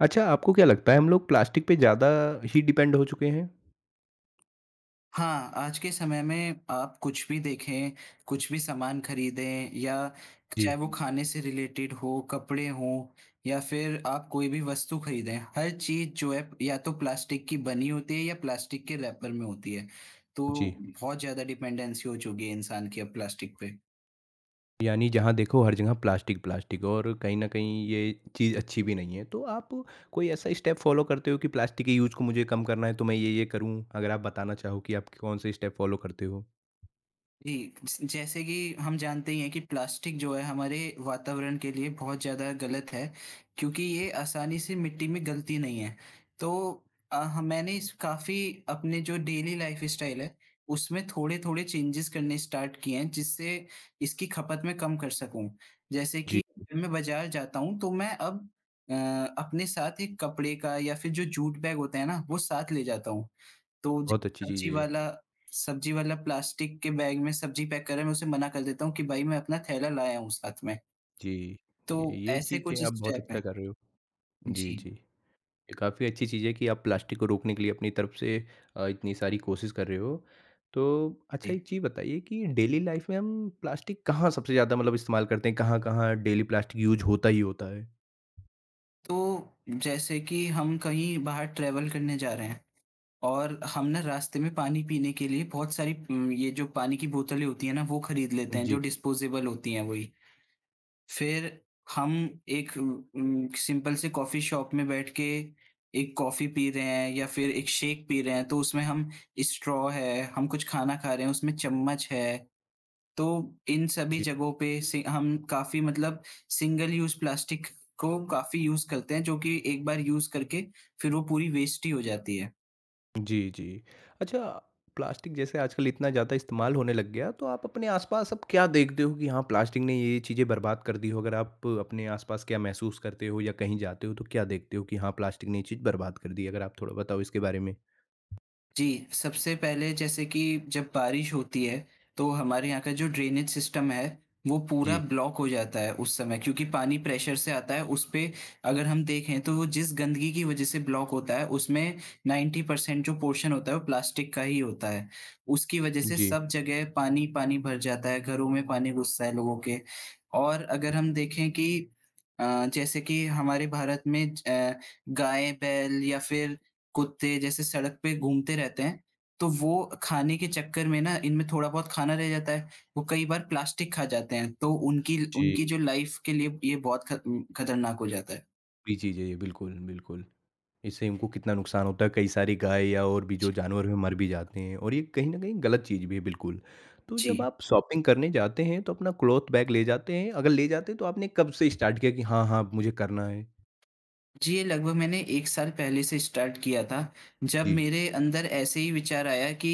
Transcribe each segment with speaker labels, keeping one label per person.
Speaker 1: अच्छा, आपको क्या लगता है हम लोग प्लास्टिक पे ज़्यादा ही डिपेंड हो चुके हैं?
Speaker 2: हाँ, आज के समय में आप कुछ भी देखें, कुछ भी सामान खरीदें या
Speaker 1: जी,
Speaker 2: चाहे वो हुँ। खाने से रिलेटेड हो, कपड़े हों या फिर आप कोई भी वस्तु खरीदें, हर चीज़ जो है या तो प्लास्टिक की बनी होती है या प्लास्टिक के रैपर में होती है। तो
Speaker 1: जी।
Speaker 2: बहुत ज़्यादा डिपेंडेंसी हो चुकी है इंसान की अब प्लास्टिक पे।
Speaker 1: यानी जहाँ देखो हर जगह प्लास्टिक, प्लास्टिक और कहीं न कहीं ये चीज़ अच्छी भी नहीं है। तो आप कोई ऐसा स्टेप फॉलो करते हो कि प्लास्टिक के यूज़ को मुझे कम करना है तो मैं ये-ये करूँ? अगर आप बताना चाहो कि आप कौन से स्टेप फॉलो करते हो?
Speaker 2: जी, ज जैसे कि हम जानते ही हैं कि प्लास्टिक जो है हमारे वातावरण के लिए बहुत ज़्यादा गलत है, क्योंकि ये आसानी से मिट्टी में गलती नहीं है। तो अ, ह मैंने इस काफ़ी अपने जो डेली लाइफ़स्टाइल है, उसमें थोड़े-थोड़े चेंजेस करने स्टार्ट किए हैं, जिससे इसकी खपत मैं कम कर सकूँ। जैसे
Speaker 1: जी,
Speaker 2: कि जब मैं बाज़ार जाता हूँ, तो मैं अब अ, अपने साथ एक कपड़े का या फिर जो जूट बैग होता है ना, वो साथ ले जाता हूँ। तो ज
Speaker 1: बहुत अच्छी चीज़
Speaker 2: सब्ज़ी
Speaker 1: है ये।
Speaker 2: वाला सब्ज़ी वाला प्लास्टिक के बैग में सब्ज़ी पैक कर रहा है, मैं उसे मना कर देता हूँ कि भाई मैं अपना थैला लाया हूँ साथ में।
Speaker 1: जी,
Speaker 2: तो
Speaker 1: जी, ये
Speaker 2: ऐसे
Speaker 1: चीज़ें
Speaker 2: कुछ
Speaker 1: आप बहुत
Speaker 2: स्टेप हैं।
Speaker 1: अच्छा कर रहे हो। जी,
Speaker 2: जी,
Speaker 1: जी। ये काफ़ी अच्छी चीज़ है कि आप प्लास्टिक को रोकने के लिए अपनी तरफ से इतनी सारी कोशिश कर रहे हो। तो अच्छा
Speaker 2: जी।
Speaker 1: एक चीज़ बताइए कि डेली लाइफ़ में हम प्लास्टिक कहाँ सबसे ज़्यादा मतलब इस्तेमाल करते हैं? कहाँ-कहाँ डेली प्लास्टिक यूज़ होता ही होता है?
Speaker 2: तो जैसे कि हम कहीं बाहर ट्रैवल करने जा रहे हैं और हम ना रास्ते में पानी पीने के लिए बहुत सारी ये जो पानी की बोतलें होती हैं ना, वो खरीद लेते हैं,
Speaker 1: जी,
Speaker 2: जो डिस्पोज़ेबल होती हैं वही। फिर हम एक सिंपल से कॉफ़ी शॉप में बैठ के एक कॉफ़ी पी रहे हैं या फिर एक शेक पी रहे हैं, तो उसमें हम स्ट्रॉ है, हम कुछ खाना खा रहे हैं, उसमें चम्मच है। तो इन सभी
Speaker 1: जी।
Speaker 2: जगहों पे से हम काफ़ी मतलब सिंगल यूज़ प्लास्टिक को काफ़ी यूज़ करते हैं, जो कि एक बार यूज़ करके फिर वो पूरी वेस्ट ही हो जाती है।
Speaker 1: जी, जी। अच्छा प्लास्टिक जैसे आजकल इतना ज़्यादा इस्तेमाल होने लग गया, तो आप अपने आस-पास अब क्या देखते हो कि हाँ, प्लास्टिक ने ये-ये चीज़ें बर्बाद कर दी हो? अगर आप अपने आस-पास क्या महसूस करते हो या कहीं जाते हो तो क्या देखते हो कि हाँ, प्लास्टिक ने ये चीज़ बर्बाद कर दी? अगर आप थोड़ा बताओ इसके बारे में?
Speaker 2: जी, सबसे पहले जैसे कि जब बारिश होती है, तो हमारे यहाँ का जो ड्रेनेज सिस्टम है, वो पूरा
Speaker 1: जी,
Speaker 2: ब्लॉक हो जाता है उस समय क्योंकि पानी प्रेशर से आता है, उस पे अगर हम देखें तो वो जिस गंदगी की वजह से ब्लॉक होता है, उसमें 90% जो पोर्शन होता है, वो प्लास्टिक का ही होता है। उसकी वजह से
Speaker 1: जी।
Speaker 2: सब जगह पानी-पानी भर जाता है, घरों में पानी घुसता है लोगों के और अगर हम देखें कि अ, जैसे कि हमारे भारत में गाय, बैल या फिर कुत्ते जैसे सड़क पे घूमते रहते हैं, तो वो खाने के चक्कर में ना इनमें थोड़ा बहुत खाना रह जाता है, वो कई बार प्लास्टिक खा जाते हैं, तो उनकी
Speaker 1: जी।
Speaker 2: उनकी जो लाइफ़ के लिए ये बहुत ख खतरनाक हो जाता है।
Speaker 1: भी चीज़ है ये, बिल्कुल, बिल्कुल। इससे इनको कितना नुकसान होता है, कई सारी गाय या और भी जो
Speaker 2: जी।
Speaker 1: जानवर हैं मर भी जाते हैं और ये कहीं न कहीं गलत चीज़ भी है बिल्कुल। तो जब
Speaker 2: जी।
Speaker 1: आप शॉपिंग करने जाते हैं तो अपना क्लॉथ बैग ले जाते हैं? अगर ले जाते हैं तो आपने कब से स्टार्ट किया कि हाँ, हाँ, अब मुझे करना है?
Speaker 2: जी, ये लगभग मैंने 1 साल पहले से स्टार्ट किया था, जब
Speaker 1: जी।
Speaker 2: मेरे अंदर ऐसे ही विचार आया कि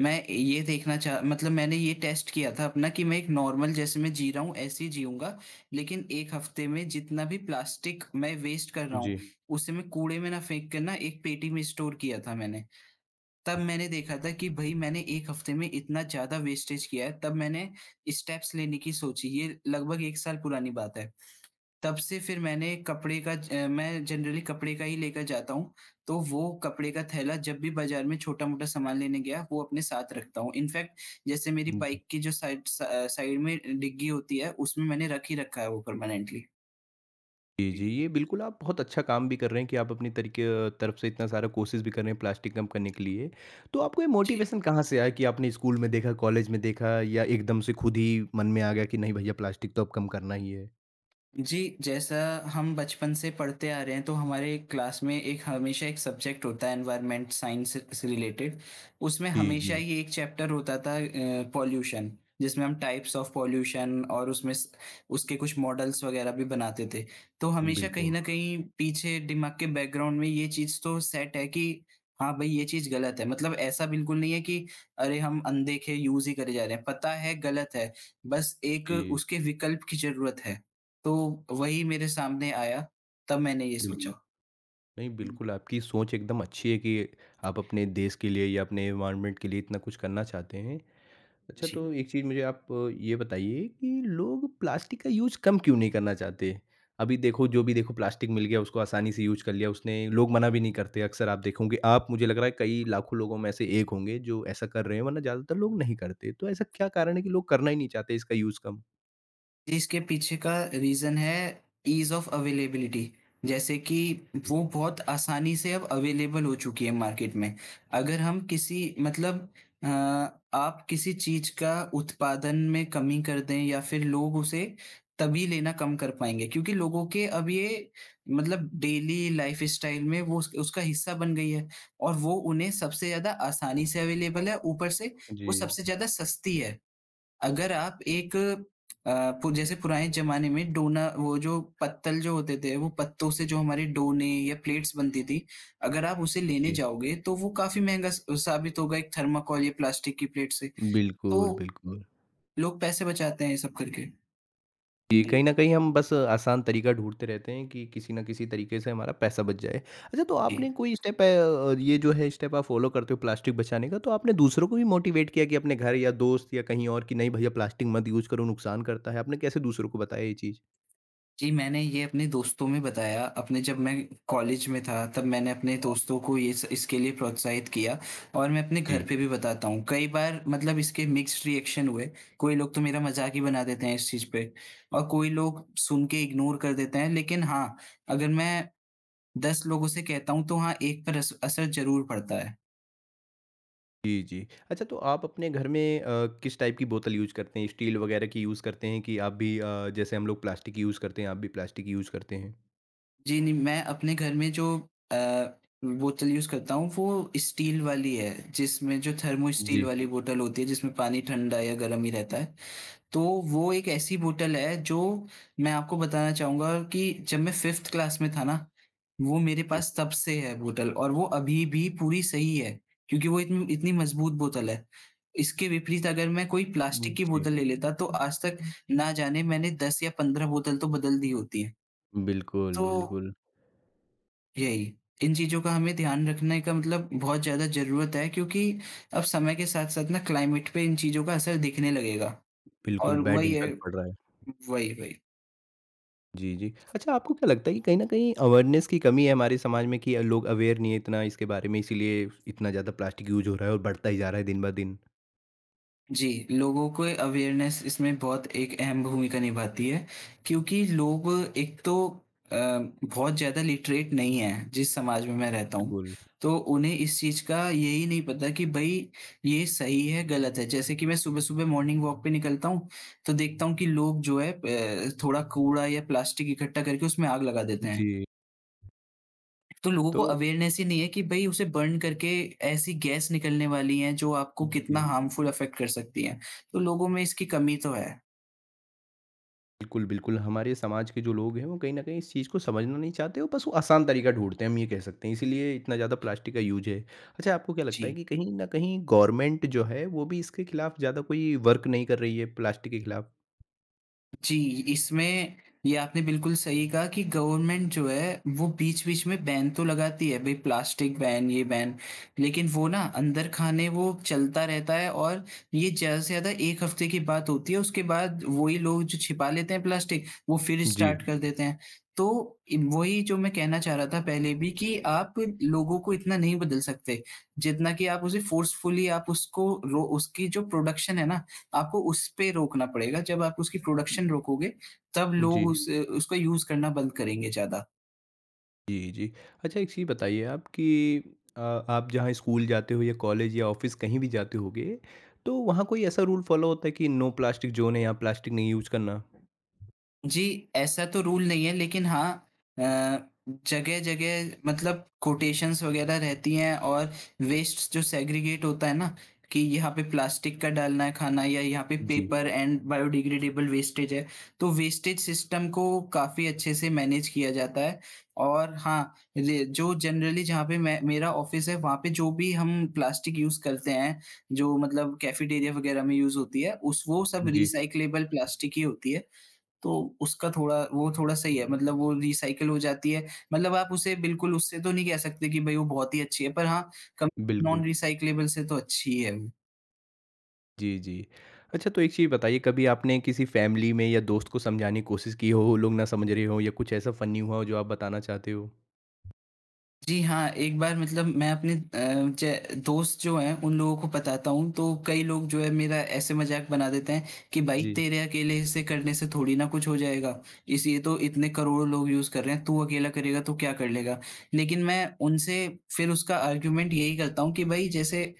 Speaker 2: मैं ये देखना चाह मतलब मैंने ये टेस्ट किया था अपना कि मैं एक नॉर्मल जैसे मैं जी रहा हूँ, ऐसे ही जीऊँगा, लेकिन 1 हफ्ते में जितना भी प्लास्टिक मैं वेस्ट कर रहा हूँ,
Speaker 1: जी।
Speaker 2: उसे मैं कूड़े में ना फेंक के ना एक पेटी में स्टोर किया था मैंने। तब मैंने देखा था कि भई मैंने 1 हफ्ते में इतना ज़्यादा वेस्टेज किया है, तब मैंने स्टेप्स लेने की सोची, ये लगभग 1 साल पुरानी बात है। तब से फिर मैंने कपड़े का ज मैं जनरली कपड़े का ही लेकर जाता हूँ, तो वो कपड़े का थैला जब भी बाज़ार में छोटा-मोटा सामान लेने गया, वो अपने साथ रखता हूँ। इनफैक्ट जैसे मेरी
Speaker 1: जी।
Speaker 2: बाइक की जो साइड में डिग्गी होती है, उसमें मैंने रख ही रखा है वो परमानेंटली।
Speaker 1: जी,
Speaker 2: जी,
Speaker 1: जी, ये बिल्कुल आप बहुत अच्छा काम भी कर रहे हैं कि आप अपनी तरीके तरफ से इतना सारा कोशिश भी कर रहे हैं प्लास्टिक कम करने के लिए। तो आपको ये
Speaker 2: जी।
Speaker 1: मोटिवेशन कहाँ से आया कि आपने स्कूल में देखा, कॉलेज में देखा या एकदम से खुद ही मन में आ गया कि नहीं भैया प्लास्टिक तो अब कम करना ही है?
Speaker 2: जी, जैसा हम बचपन से पढ़ते आ रहे हैं, तो हमारे क्लास में एक हमेशा एक सब्जेक्ट होता है एनवायरनमेंट साइंस से रिलेटेड। उसमें
Speaker 1: जी,
Speaker 2: हमेशा
Speaker 1: जी।
Speaker 2: ही एक चैप्टर होता था पॉल्यूशन, जिसमें हम टाइप्स ऑफ पॉल्यूशन और उसमें स उसके कुछ मॉडल्स वगैरह भी बनाते थे। तो हमेशा कहीं
Speaker 1: बिल्कुल।
Speaker 2: न कहीं पीछे दिमाग के बैकग्राउंड में ये चीज़ तो सेट है कि हाँ भाई, ये चीज़ गलत है। मतलब ऐसा बिल्कुल नहीं है कि अरे हम अनदेखे यूज़ ही करे जा रहे हैं। पता है गलत है, बस एक
Speaker 1: जी,
Speaker 2: उसके विकल्प की ज़रूरत है। तो वही मेरे सामने आया, तब मैंने ये
Speaker 1: बिल्कुल।
Speaker 2: सोचा।
Speaker 1: नहीं,
Speaker 2: हुँ, हुँ।
Speaker 1: बिल्कुल आपकी सोच एकदम अच्छी है कि आप अपने देश के लिए या अपने एनवायरनमेंट के लिए इतना कुछ करना चाहते हैं। अच्छा
Speaker 2: जी।
Speaker 1: तो एक चीज़ मुझे आप ये बताइए कि लोग प्लास्टिक का यूज़ कम क्यों नहीं करना चाहते? अभी देखो जो भी देखो प्लास्टिक मिल गया उसको आसानी से यूज़ कर लिया उसने, लोग मना भी नहीं करते अक्सर आप देखोगे आप मुझे लग रहा है कई लाखों लोगों में से एक होंगे जो ऐसा कर रहे हैं वरना ज़्यादातर लोग नहीं करते। तो ऐसा क्या कारण है कि लोग करना ही नहीं चाहते इसका यूज़ कम?
Speaker 2: इसके पीछे का रीज़न है ईज़ ऑफ अवेलेबिलिटी। जैसे कि
Speaker 1: जी,
Speaker 2: वो बहुत आसानी से अब अवेलेबल हो चुकी है मार्केट में। अगर हम किसी मतलब अ, आप किसी चीज़ का उत्पादन में कमी कर दें या फिर लोग उसे तभी लेना कम कर पाएँगे क्योंकि लोगों के अब ये मतलब डेली लाइफ़स्टाइल में वो उस उसका हिस्सा बन गई है और वो उन्हें सबसे ज़्यादा आसानी से अवेलेबल है, ऊपर से वो
Speaker 1: जी,
Speaker 2: सबसे ज़्यादा सस्ती है। अगर आप एक अ, पु जैसे पुराने ज़माने में डोना वो जो पत्तल जो होते थे, वो पत्तों से जो हमारे डोने या प्लेट्स बनती थी, अगर आप उसे लेने
Speaker 1: जी।
Speaker 2: जाओगे, तो वो काफ़ी महँगा स साबित होगा एक थर्माकोल या प्लास्टिक की प्लेट से। तो
Speaker 1: बिल्कुल, बिल्कुल।
Speaker 2: लोग पैसे बचाते हैं ये सब करके।
Speaker 1: जी, कहीं न कहीं हम बस आसान तरीका ढूँढते रहते हैं कि किसी न किसी तरीके से हमारा पैसा बच जाए। अच्छा तो
Speaker 2: जी।
Speaker 1: आपने कोई स्टेप ये जो है स्टेप आप फ़ॉलो करते हो प्लास्टिक बचाने का, तो आपने दूसरों को भी मोटिवेट किया कि अपने घर या दोस्त या कहीं और कि नहीं भैया प्लास्टिक मत यूज़ करो नुकसान करता है, आपने कैसे दूसरों को बताया ये चीज़?
Speaker 2: जी, मैंने ये अपने दोस्तों में बताया, अपने जब मैं कॉलेज में था, तब मैंने अपने दोस्तों को ये स इसके लिए प्रोत्साहित किया और मैं अपने घर
Speaker 1: जी।
Speaker 2: पे भी बताता हूँ। कई बार मतलब इसके मिक्स्ड रिएक्शन हुए, कोई लोग तो मेरा मज़ाक ही बना देते हैं इस चीज़ पे और कोई लोग सुन के इग्नोर कर देते हैं। लेकिन हाँ, अगर मैं 10 लोगों से कहता हूँ, तो हाँ, एक पर अस असर ज़रूर पड़ता है।
Speaker 1: जी, जी। अच्छा तो आप अपने घर में किस टाइप की बोतल यूज़ करते हैं? स्टील वगैरह की यूज़ करते हैं कि आप भी जैसे हम लोग प्लास्टिक यूज़ करते हैं, आप भी प्लास्टिक यूज़ करते हैं?
Speaker 2: जी, नहीं मैं अपने घर में जो अ, बोतल यूज़ करता हूँ वो स्टील वाली है, जिसमें जो थर्मो स्टील
Speaker 1: जी,
Speaker 2: वाली बोतल होती है जिसमें पानी ठंडा या गर्म ही रहता है। तो वो एक ऐसी बोतल है जो मैं आपको बताना चाहूँगा कि जब मैं 5th क्लास में था ना, वो मेरे
Speaker 1: जी।
Speaker 2: पास तब से है बोतल और वो अभी भी पूरी सही है, क्योंकि वो इतनी इतनी मज़बूत बोतल है। इसके विपरीत अगर मैं कोई प्लास्टिक की
Speaker 1: जी,
Speaker 2: बोतल ले लेता तो आज तक ना जाने मैंने 10 या 15 बोतल तो बदल दी होती है।
Speaker 1: बिल्कुल,
Speaker 2: तो
Speaker 1: बिल्कुल।
Speaker 2: यही, इन चीज़ों का हमें ध्यान रखने का मतलब बहुत ज़्यादा ज़रूरत है क्योंकि अब समय के साथ-साथ ना क्लाइमेट पे इन चीज़ों का असर दिखने लगेगा
Speaker 1: बिल्कुल,
Speaker 2: और
Speaker 1: बैड
Speaker 2: वही है
Speaker 1: इम्पैक्ट पड़ रहा है।
Speaker 2: वही, वही।
Speaker 1: जी, जी। अच्छा आपको क्या लगता है कि कहीं न कहीं अवेयरनेस की कमी है हमारे समाज में कि लोग अवेयर नहीं है इतना इसके बारे में इसीलिए इतना ज़्यादा प्लास्टिक यूज़ हो रहा है और बढ़ता ही जा रहा है दिन ब दिन?
Speaker 2: जी, लोगों को अवेयरनेस इसमें बहुत एक अहम भूमिका निभाती है, क्योंकि लोग एक तो अ, बहुत ज़्यादा लिटरेट नहीं हैं, जिस समाज में मैं रहता हूँ।
Speaker 1: बिल्कुल।
Speaker 2: तो उन्हें इस चीज़ का यही नहीं पता कि भई ये सही है, गलत है। जैसे कि मैं सुबह-सुबह मॉर्निंग वॉक पे निकलता हूँ, तो देखता हूँ कि लोग जो है थोड़ा कूड़ा या प्लास्टिक इकट्ठा करके उसमें आग लगा देते हैं।
Speaker 1: जी,
Speaker 2: तो लोगों
Speaker 1: तो
Speaker 2: को अवेयरनेस ही नहीं है कि भई उसे बर्न करके ऐसी गैस निकलने वाली हैं जो आपको कितना
Speaker 1: जी।
Speaker 2: हार्मफुल अफेक्ट कर सकती हैं। तो लोगों में इसकी कमी तो है।
Speaker 1: बिल्कुल, बिल्कुल हमारे समाज के जो लोग हैं वो कहीं न कहीं इस चीज़ को समझना नहीं चाहते और बस वो आसान तरीका ढूँढते हैं हम ये कह सकते हैं। इसीलिए इतना ज़्यादा प्लास्टिक का यूज़ है। अच्छा आपको क्या लगता है
Speaker 2: जी।
Speaker 1: कि कहीं न कहीं गवर्नमेंट जो है वो भी इसके खिलाफ ज़्यादा कोई वर्क नहीं कर रही है प्लास्टिक के खिलाफ?
Speaker 2: जी, इसमें ये आपने बिल्कुल सही कहा कि गवर्नमेंट जो है, वो बीच-बीच में बैन तो लगाती है, भई प्लास्टिक बैन, ये बैन, लेकिन वो ना अंदर खाने वो चलता रहता है और ये ज़्यादा से ज़्यादा 1 हफ्ते की बात होती है, उसके बाद वही लोग जो छिपा लेते हैं प्लास्टिक, वो फिर
Speaker 1: जी,
Speaker 2: स्टार्ट कर देते हैं। तो इ वही जो मैं कहना चाह रहा था पहले भी कि आप लोगों को इतना नहीं बदल सकते, जितना कि आप उसे फ़ोर्सफुली आप उसको रो उसकी जो प्रोडक्शन है ना आपको उस पे रोकना पड़ेगा, जब आप उसकी प्रोडक्शन रोकोगे, तब लोग
Speaker 1: जी।
Speaker 2: उस उसको यूज़ करना बंद करेंगे ज़्यादा।
Speaker 1: जी, जी। अच्छा एक चीज़ बताइए आप कि अ, आप जहाँ स्कूल जाते हो या कॉलेज या ऑफ़िस कहीं भी जाते होगे, तो वहाँ कोई ऐसा रूल फ़ॉलो होता है कि नो प्लास्टिक ज़ोन है, यहाँ प्लास्टिक नहीं यूज़ करना?
Speaker 2: जी, ऐसा तो रूल नहीं है लेकिन हाँ अ, जगह-जगह मतलब कोटेशंस वगैरह रहती हैं और वेस्ट्स जो सेग्रीगेट होता है ना, कि यहाँ पे प्लास्टिक का डालना है खाना या यहाँ पे
Speaker 1: जी।
Speaker 2: पेपर एंड बायोडिग्रेडेबल वेस्टेज है, तो वेस्टेज सिस्टम को काफ़ी अच्छे से मैनेज किया जाता है। और हाँ, रे जो जनरली जहाँ पे मैं मेरा ऑफ़िस है, वहाँ पे जो भी हम प्लास्टिक यूज़ करते हैं, जो मतलब कैफ़ेटेरिया वगैरह में यूज़ होती है, उस वो सब
Speaker 1: जी,
Speaker 2: रिसाइक्लेबल प्लास्टिक ही होती है। तो उसका थोड़ा वो थोड़ा सही है मतलब वो रिसाइकिल हो जाती है। मतलब आप उसे बिल्कुल उससे तो नहीं कह सकते कि भई वो बहुत ही अच्छी है, पर हाँ, कम
Speaker 1: बिल्कुल।
Speaker 2: नॉन रिसाइक्लेबल से तो अच्छी ही है वो।
Speaker 1: जी, जी। अच्छा तो एक चीज़ बताइए कभी आपने किसी फ़ैमिली में या दोस्त को समझाने की कोशिश की हो, वो लोग ना समझ रहे हों या कुछ ऐसा फ़नी हुआ हो जो आप बताना चाहते हो?
Speaker 2: जी हाँ, एक बार मतलब मैं अपने अ, ज दोस्त जो हैं उन लोगों को बताता हूँ तो कई लोग जो है मेरा ऐसे मज़ाक बना देते हैं कि भाई
Speaker 1: जी।
Speaker 2: तेरे अकेले से करने से थोड़ी ना कुछ हो जाएगा। इस ये तो इतने करोड़ों लोग यूज़ कर रहे हैं, तू अकेला करेगा तो क्या कर लेगा? लेकिन मैं उनसे फिर उसका आर्गुमेंट यही करता हूँ कि भाई, जैसे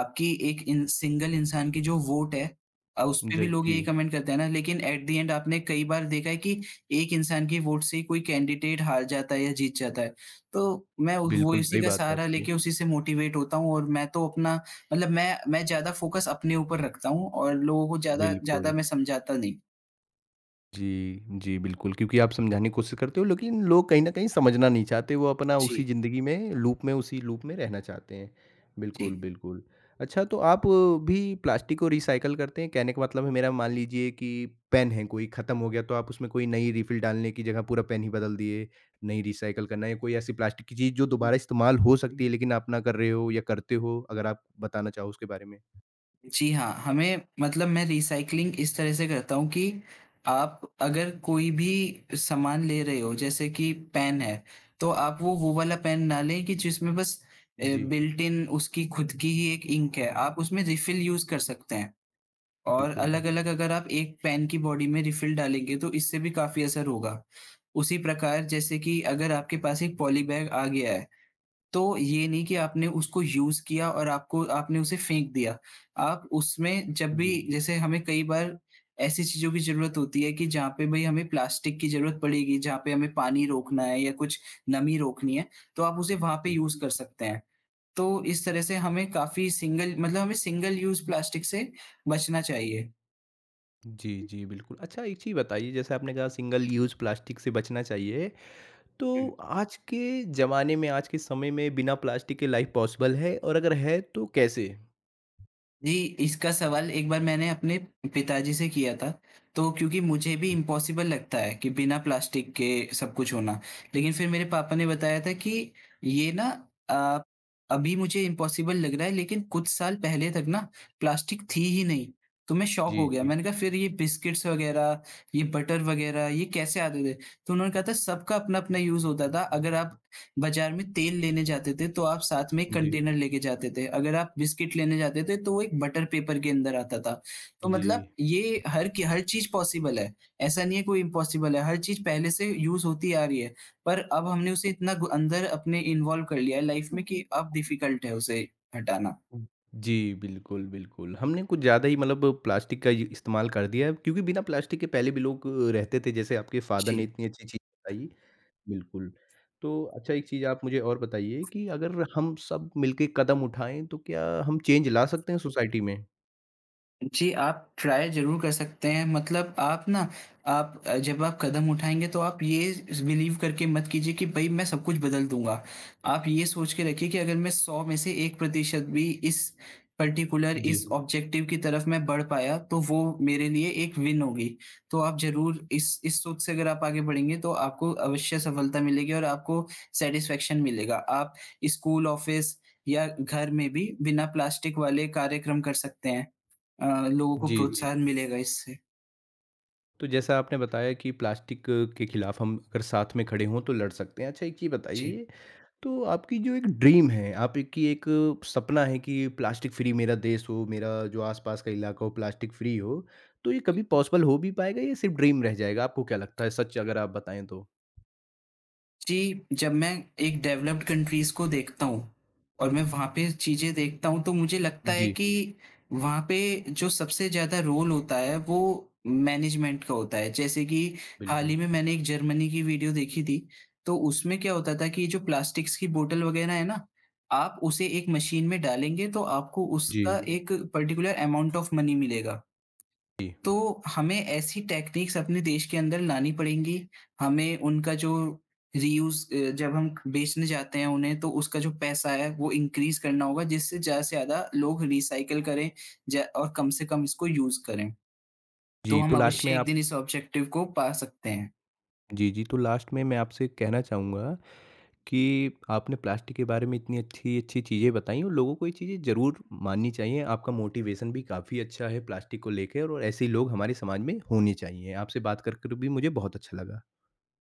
Speaker 2: आपकी एक इन सिंगल इंसान की जो वोट है, उसपे भी
Speaker 1: जी,
Speaker 2: लोग यही
Speaker 1: जी।
Speaker 2: कमेंट करते हैं ना, लेकिन एट द एंड आपने कई बार देखा है कि एक इंसान की वोट से ही कोई कैंडिडेट हार जाता है या जीत जाता है। तो मैं उस वो
Speaker 1: बिल्कुल
Speaker 2: इसी
Speaker 1: सही
Speaker 2: का
Speaker 1: बात है
Speaker 2: सहारा
Speaker 1: आपकी।
Speaker 2: लेके उसी से मोटिवेट होता हूँ, और मैं तो अपना मतलब मैं ज़्यादा फ़ोकस अपने ऊपर रखता हूँ और लोगों को ज़्यादा ज़्यादा
Speaker 1: बिल्कुल।
Speaker 2: मैं समझाता नहीं।
Speaker 1: जी, जी, बिल्कुल, क्योंकि आप समझाने की कोशिश करते हो लेकिन लोग कहीं न कहीं समझना नहीं चाहते, वो अपना उसी
Speaker 2: जी।
Speaker 1: ज़िंदगी में लूप में उसी लूप में रहना चाहते हैं।
Speaker 2: जी।
Speaker 1: बिल्कुल, बिल्कुल। अच्छा तो आप भी प्लास्टिक को रिसाइकिल करते हैं? कहने का मतलब है मेरा मान लीजिए कि पेन है कोई ख़त्म हो गया तो आप उसमें कोई नई रिफ़िल डालने की जगह पूरा पेन ही बदल दिए, नहीं रिसाइकिल करना या कोई ऐसी प्लास्टिक की चीज़ जो दोबारा इस्तेमाल हो सकती है लेकिन आप ना कर रहे हो या करते हो? अगर आप बताना चाहो उसके बारे में।
Speaker 2: जी हाँ, हमें मतलब मैं रिसाइक्लिंग इस तरह से करता हूँ कि आप अगर कोई भी सामान ले रहे हो, जैसे कि पेन है, तो आप वो वाला पेन ना लें कि जिसमें बस
Speaker 1: जी,
Speaker 2: बिल्ट इन उसकी खुद की ही एक इंक है। आप उसमें रिफ़िल यूज़ कर सकते हैं। और
Speaker 1: बिल्कुल,
Speaker 2: अलग-अलग,
Speaker 1: बिल्कुल।
Speaker 2: अगर आप एक पैन की बॉडी में रिफ़िल डालेंगे तो इससे भी काफ़ी असर होगा। उसी प्रकार, जैसे कि अगर आपके पास एक पॉली बैग आ गया है, तो ये नहीं कि आपने उसको यूज़ किया और आपको आपने उसे फेंक दिया। आप उसमें जब भी,
Speaker 1: जी,
Speaker 2: जैसे हमें कई बार ऐसी चीज़ों की ज़रूरत होती है कि जहाँ पे भई हमें प्लास्टिक की ज़रूरत पड़ेगी, जहाँ पे हमें पानी रोकना है या कुछ नमी रोकनी है, तो आप उसे वहाँ पे
Speaker 1: जी।
Speaker 2: यूज़ कर सकते हैं। तो इस तरह से हमें काफ़ी सिंगल मतलब हमें सिंगल यूज़ प्लास्टिक से बचना चाहिए।
Speaker 1: जी, जी, बिल्कुल। अच्छा एक चीज़ बताइए जैसे आपने कहा सिंगल यूज़ प्लास्टिक से बचना चाहिए, तो
Speaker 2: हुँ।
Speaker 1: आज के ज़माने में, आज के समय में बिना प्लास्टिक के लाइफ़ पॉसिबल है और अगर है तो कैसे?
Speaker 2: जी, इसका सवाल एक बार मैंने अपने पिताजी से किया था, तो क्योंकि मुझे भी इम्पॉसिबल लगता है कि बिना प्लास्टिक के सब कुछ होना। लेकिन फिर मेरे पापा ने बताया था कि ये ना अ, अभी मुझे इम्पॉसिबल लग रहा है, लेकिन कुछ साल पहले तक ना प्लास्टिक थी ही नहीं। तो मैं शॉक हो
Speaker 1: जी,
Speaker 2: गया।
Speaker 1: जी।
Speaker 2: मैंने कहा, फिर ये बिस्किट्स वग़ैरह, ये बटर वग़ैरह ये कैसे आते थे? तो उन्होंने कहा था सबका अपना-अपना यूज़ होता था। अगर आप बाज़ार में तेल लेने जाते थे तो आप साथ में एक
Speaker 1: जी,
Speaker 2: कंटेनर लेके जाते थे। अगर आप बिस्किट लेने जाते थे तो वो एक बटर पेपर के अंदर आता था। तो हुँ।
Speaker 1: जी।
Speaker 2: मतलब ये हर की हर चीज़ पॉसिबल है। ऐसा नहीं है कोई इम्पॉसिबल है, हर चीज़ पहले से यूज़ होती आ रही है। पर अब हमने उसे इतना गु अंदर अपने इन्वॉल्व कर लिया है लाइफ़ में कि अब डिफ़िकल्ट है उसे हटाना।
Speaker 1: जी, बिल्कुल, बिल्कुल। हमने कुछ ज़्यादा ही मतलब प्लास्टिक का इ इस्तेमाल कर दिया है क्योंकि बिना प्लास्टिक के पहले भी लोग रहते थे जैसे आपके फ़ादर ने
Speaker 2: जी।
Speaker 1: इतनी अच्छी चीज़ बताई। बिल्कुल। तो अच्छा एक चीज़ आप मुझे और बताइए कि अगर हम सब मिलके कदम उठाएँ तो क्या हम चेंज ला सकते हैं सोसाइटी में?
Speaker 2: जी, आप ट्राई ज़रूर कर सकते हैं। मतलब आप ना आप अ, जब आप कदम उठाएँगे तो आप ये बिलीव करके मत कीजिए कि भई मैं सब कुछ बदल दूँगा। आप ये सोच के रखिए कि अगर मैं 100 में से 1% भी इस पर्टिकुलर
Speaker 1: जी।
Speaker 2: इस ऑब्जेक्टिव की तरफ मैं बढ़ पाया, तो वो मेरे लिए एक विन होगी। तो आप ज़रूर इस सोच से अगर आप आगे बढ़ेंगे तो आपको अवश्य सफलता मिलेगी और आपको सैटिस्फैक्शन मिलेगा। आप स्कूल, ऑफ़िस या घर में भी बिना प्लास्टिक वाले कार्यक्रम कर सकते हैं। अ, लोगों को
Speaker 1: जी, जी।
Speaker 2: प्रोत्साहन मिलेगा इससे।
Speaker 1: तो जैसा आपने बताया कि प्लास्टिक के खिलाफ हम अगर साथ में खड़े हों तो लड़ सकते हैं। अच्छा एक चीज़
Speaker 2: जी।
Speaker 1: बताइए, तो आपकी जो एक ड्रीम है, आपकी एक सपना है कि प्लास्टिक फ्री मेरा देश हो, मेरा जो आस-पास का इलाका हो प्लास्टिक फ्री हो, तो ये कभी पॉसिबल हो भी पाएगा या सिर्फ़ ड्रीम रह जाएगा? आपको क्या लगता है सच अगर आप बताएँ तो?
Speaker 2: जी, जब मैं एक डेवलप्ड कंट्रीज़ को देखता हूँ और मैं वहाँ पे चीज़ें देखता हूँ तो मुझे लगता है
Speaker 1: जी,
Speaker 2: कि वहाँ पे जो सबसे ज़्यादा रोल होता है वो मैनेजमेंट का होता है। जैसे कि हाल
Speaker 1: बिल्कुल।
Speaker 2: ही में मैंने एक जर्मनी की वीडियो देखी थी, तो उसमें क्या होता था कि जो प्लास्टिक्स की बॉटल वग़ैरह है ना, आप उसे एक मशीन में डालेंगे तो आपको उसका
Speaker 1: जी,
Speaker 2: हुँ। एक पर्टिकुलर अमाउंट ऑफ मनी मिलेगा।
Speaker 1: जी।
Speaker 2: तो हमें ऐसी टेक्निक्स अपने देश के अंदर लानी पड़ेंगी। हमें उनका जो रीयूज़ जब हम बेचने जाते हैं उन्हें, तो उसका जो पैसा है वो इंक्रीज़ करना होगा, जिससे ज़्यादा से ज़्यादा लोग रिसाइकिल करें ज और कम से कम इसको यूज़ करें। तो
Speaker 1: जी,
Speaker 2: हम
Speaker 1: तो
Speaker 2: जी।
Speaker 1: लास्ट में
Speaker 2: अवश्य एक
Speaker 1: आप
Speaker 2: दिन इस ऑब्जेक्टिव को पा सकते हैं।
Speaker 1: जी, जी, तो लास्ट में मैं आपसे कहना चाहूँगा कि आपने प्लास्टिक के बारे में इतनी अच्छी अच्छी चीज़ें बताई और लोगों को ये चीज़ें ज़रूर माननी चाहिए। आपका मोटिवेशन भी काफ़ी अच्छा है प्लास्टिक को लेकर और ऐसे ही लोग हमारे समाज में होने चाहिए। आपसे बात कर कर भी मुझे बहुत अच्छा लगा।